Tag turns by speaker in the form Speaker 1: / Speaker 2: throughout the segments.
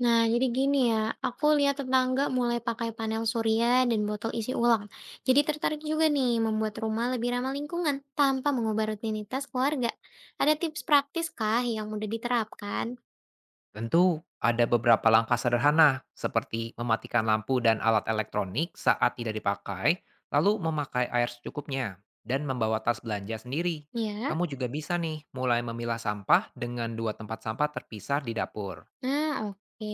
Speaker 1: Nah, jadi gini ya, aku lihat tetangga mulai pakai panel surya dan botol isi ulang. Jadi tertarik juga nih membuat rumah lebih ramah lingkungan tanpa mengubah rutinitas keluarga. Ada tips praktis kah yang mudah diterapkan?
Speaker 2: Tentu, ada beberapa langkah sederhana seperti mematikan lampu dan alat elektronik saat tidak dipakai, lalu memakai air secukupnya, dan membawa tas belanja sendiri.
Speaker 1: Ya.
Speaker 2: Kamu juga bisa nih mulai memilah sampah dengan dua tempat sampah terpisah di dapur.
Speaker 1: Nah, oke.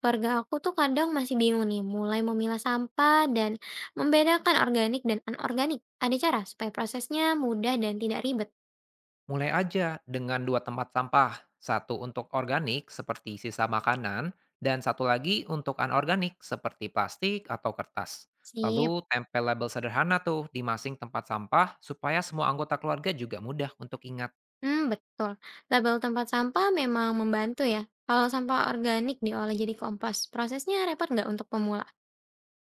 Speaker 1: Keluarga aku tuh kadang masih bingung nih mulai memilah sampah dan membedakan organik dan anorganik. Ada cara supaya prosesnya mudah dan tidak ribet.
Speaker 2: Mulai aja dengan dua tempat sampah, satu untuk organik seperti sisa makanan, dan satu lagi untuk anorganik seperti plastik atau kertas.
Speaker 1: Sip.
Speaker 2: Lalu tempel label sederhana tuh di masing tempat sampah supaya semua anggota keluarga juga mudah untuk ingat.
Speaker 1: Hmm, betul. Label tempat sampah memang membantu ya. Kalau sampah organik diolah jadi kompos, prosesnya repot nggak untuk pemula?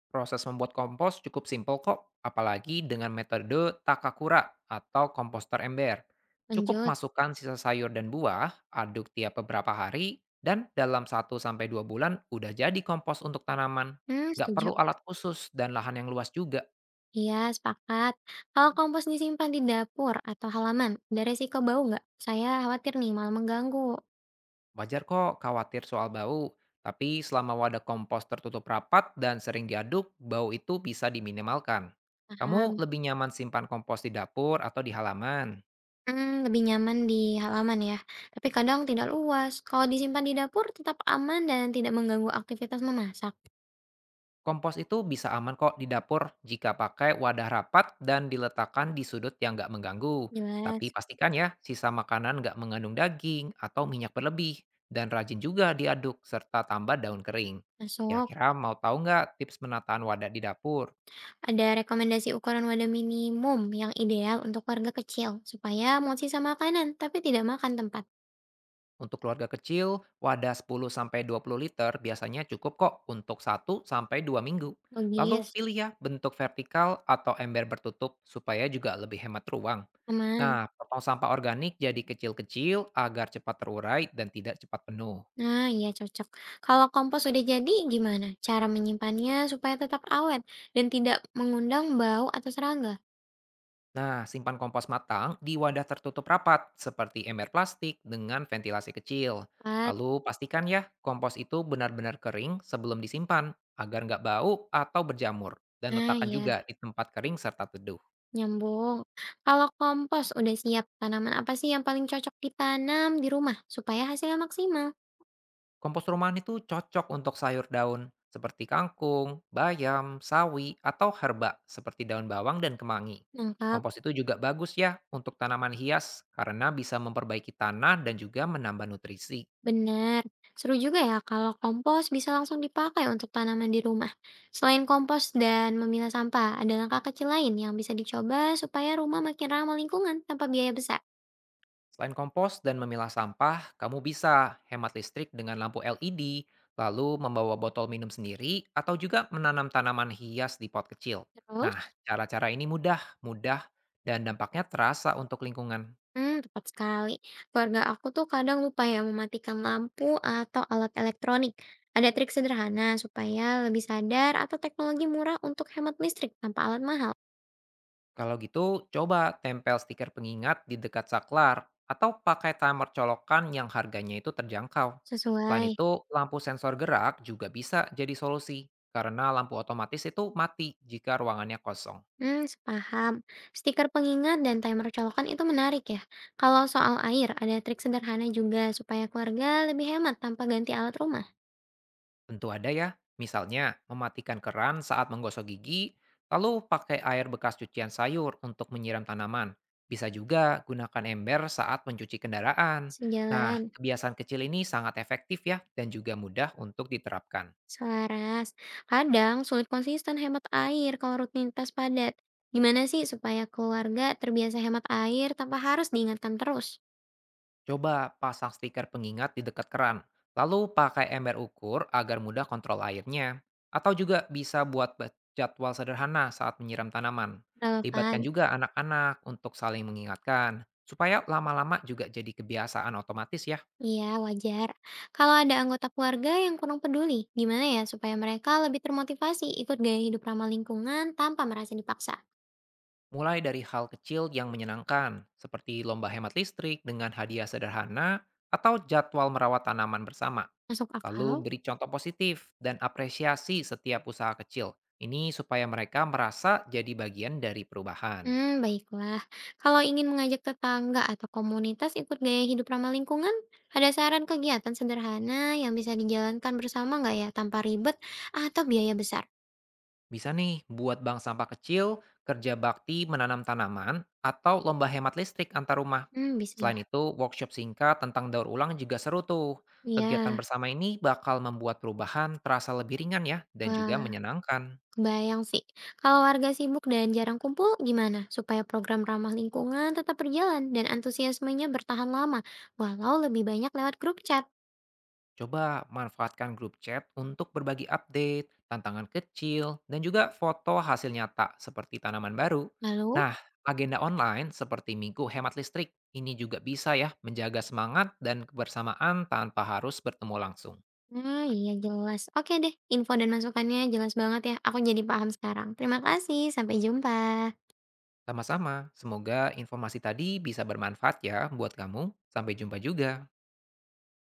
Speaker 2: Proses membuat kompos cukup simpel kok, apalagi dengan metode takakura atau komposter ember. Cukup
Speaker 1: Lanjut.
Speaker 2: masukkan sisa sayur dan buah, aduk tiap beberapa hari, dan dalam satu sampai dua bulan udah jadi kompos untuk tanaman.
Speaker 1: Hmm,
Speaker 2: Nggak
Speaker 1: setuju.
Speaker 2: perlu alat khusus dan lahan yang luas juga.
Speaker 1: Iya, sepakat. Kalau kompos disimpan di dapur atau halaman, ada resiko bau nggak? Saya khawatir nih malah mengganggu.
Speaker 2: Wajar kok khawatir soal bau, tapi selama wadah kompos tertutup rapat dan sering diaduk, bau itu bisa diminimalkan. Kamu
Speaker 1: Paham.
Speaker 2: lebih nyaman simpan kompos di dapur atau di halaman?
Speaker 1: Hmm, lebih nyaman di halaman ya, tapi kadang tidak luas. Kalau disimpan di dapur tetap aman dan tidak mengganggu aktivitas memasak?
Speaker 2: Kompos itu bisa aman kok di dapur jika pakai wadah rapat dan diletakkan di sudut yang nggak mengganggu. Tapi
Speaker 1: Jelas.
Speaker 2: pastikan ya, sisa makanan nggak mengandung daging atau minyak berlebih. Dan rajin juga diaduk serta tambah daun kering.
Speaker 1: Masuk.
Speaker 2: Kira-kira mau tahu nggak tips menataan wadah di dapur?
Speaker 1: Ada rekomendasi ukuran wadah minimum yang ideal untuk warga kecil, supaya mau sisa makanan tapi tidak makan tempat.
Speaker 2: Untuk keluarga kecil, wadah 10-20 liter biasanya cukup kok untuk satu sampai dua minggu. Lalu
Speaker 1: Logis,
Speaker 2: pilih ya bentuk vertikal atau ember bertutup supaya juga lebih hemat ruang.
Speaker 1: aman.
Speaker 2: Nah, potong sampah organik jadi kecil-kecil agar cepat terurai dan tidak cepat penuh.
Speaker 1: Nah, iya cocok. Kalau kompos sudah jadi, gimana cara menyimpannya supaya tetap awet dan tidak mengundang bau atau serangga?
Speaker 2: Nah, simpan kompos matang di wadah tertutup rapat seperti ember plastik dengan ventilasi kecil.
Speaker 1: Tepat.
Speaker 2: Lalu pastikan ya kompos itu benar-benar kering sebelum disimpan agar nggak bau atau berjamur. Dan
Speaker 1: Nah,
Speaker 2: letakkan
Speaker 1: ya,
Speaker 2: juga di tempat kering serta teduh.
Speaker 1: nyambung. Kalau kompos udah siap, tanaman apa sih yang paling cocok ditanam di rumah supaya hasilnya maksimal?
Speaker 2: Kompos rumahan itu cocok untuk sayur daun seperti kangkung, bayam, sawi, atau herba seperti daun bawang dan kemangi.
Speaker 1: Nangka.
Speaker 2: Kompos itu juga bagus ya untuk tanaman hias karena bisa memperbaiki tanah dan juga menambah nutrisi.
Speaker 1: Benar, seru juga ya kalau kompos bisa langsung dipakai untuk tanaman di rumah. Selain kompos dan memilah sampah, ada langkah kecil lain yang bisa dicoba supaya rumah makin ramah lingkungan tanpa biaya besar.
Speaker 2: Selain kompos dan memilah sampah, kamu bisa hemat listrik dengan lampu LED, lalu membawa botol minum sendiri, atau juga menanam tanaman hias di pot kecil. Nah,
Speaker 1: Terus,
Speaker 2: cara-cara ini mudah, dan dampaknya terasa untuk lingkungan.
Speaker 1: hmm, tepat sekali. Keluarga aku tuh kadang lupa ya mematikan lampu atau alat elektronik. Ada trik sederhana supaya lebih sadar atau teknologi murah untuk hemat listrik tanpa alat mahal.
Speaker 2: Kalau gitu, coba tempel stiker pengingat di dekat saklar, atau pakai timer colokan yang harganya itu terjangkau. Selain
Speaker 1: Sesuai.
Speaker 2: itu, lampu sensor gerak juga bisa jadi solusi, karena lampu otomatis itu mati jika ruangannya kosong.
Speaker 1: Hmm, sepaham. Stiker pengingat dan timer colokan itu menarik ya. Kalau soal air, ada trik sederhana juga supaya keluarga lebih hemat tanpa ganti alat rumah.
Speaker 2: Tentu ada ya, misalnya mematikan keran saat menggosok gigi, lalu pakai air bekas cucian sayur untuk menyiram tanaman. Bisa juga gunakan ember saat mencuci kendaraan. Nah,
Speaker 1: Sejalan,
Speaker 2: kebiasaan kecil ini sangat efektif ya dan juga mudah untuk diterapkan.
Speaker 1: selaras. Kadang sulit konsisten hemat air kalau rutinitas padat. Gimana sih supaya keluarga terbiasa hemat air tanpa harus diingatkan terus?
Speaker 2: Coba pasang stiker pengingat di dekat keran, lalu pakai ember ukur agar mudah kontrol airnya. Atau juga bisa buat jadwal sederhana saat menyiram tanaman. Libatkan
Speaker 1: Relevan.
Speaker 2: juga anak-anak untuk saling mengingatkan, supaya lama-lama juga jadi kebiasaan otomatis ya.
Speaker 1: Iya, wajar. Kalau ada anggota keluarga yang kurang peduli, gimana ya supaya mereka lebih termotivasi ikut gaya hidup ramah lingkungan tanpa merasa dipaksa?
Speaker 2: Mulai dari hal kecil yang menyenangkan, seperti lomba hemat listrik dengan hadiah sederhana atau jadwal merawat tanaman bersama.
Speaker 1: Masuk
Speaker 2: Lalu
Speaker 1: akal.
Speaker 2: beri contoh positif dan apresiasi setiap usaha kecil. Ini supaya mereka merasa jadi bagian dari perubahan.
Speaker 1: Mmm, baiklah. Kalau ingin mengajak tetangga atau komunitas ikut gaya hidup ramah lingkungan, ada saran kegiatan sederhana yang bisa dijalankan bersama nggak ya, tanpa ribet atau biaya besar?
Speaker 2: Bisa nih buat bank sampah kecil, kerja bakti menanam tanaman, atau lomba hemat listrik antar rumah.
Speaker 1: Mmm, bisa ya?
Speaker 2: Selain itu, workshop singkat tentang daur ulang juga seru tuh. Kegiatan
Speaker 1: Iya.
Speaker 2: bersama ini bakal membuat perubahan terasa lebih ringan ya, dan juga
Speaker 1: Wah,
Speaker 2: menyenangkan.
Speaker 1: kebayang sih. Kalau warga sibuk dan jarang kumpul, gimana supaya program ramah lingkungan tetap berjalan dan antusiasmenya bertahan lama, walau lebih banyak lewat grup chat?
Speaker 2: Coba manfaatkan grup chat untuk berbagi update, tantangan kecil, dan juga foto hasil nyata seperti tanaman baru.
Speaker 1: Lalu?
Speaker 2: Nah, agenda online seperti Minggu Hemat Listrik ini juga bisa ya menjaga semangat dan kebersamaan tanpa harus bertemu langsung.
Speaker 1: Ah, iya jelas. Oke deh, info dan masukannya jelas banget ya. Aku jadi paham sekarang. Terima kasih, sampai jumpa.
Speaker 2: Sama-sama, semoga informasi tadi bisa bermanfaat ya buat kamu. Sampai jumpa juga.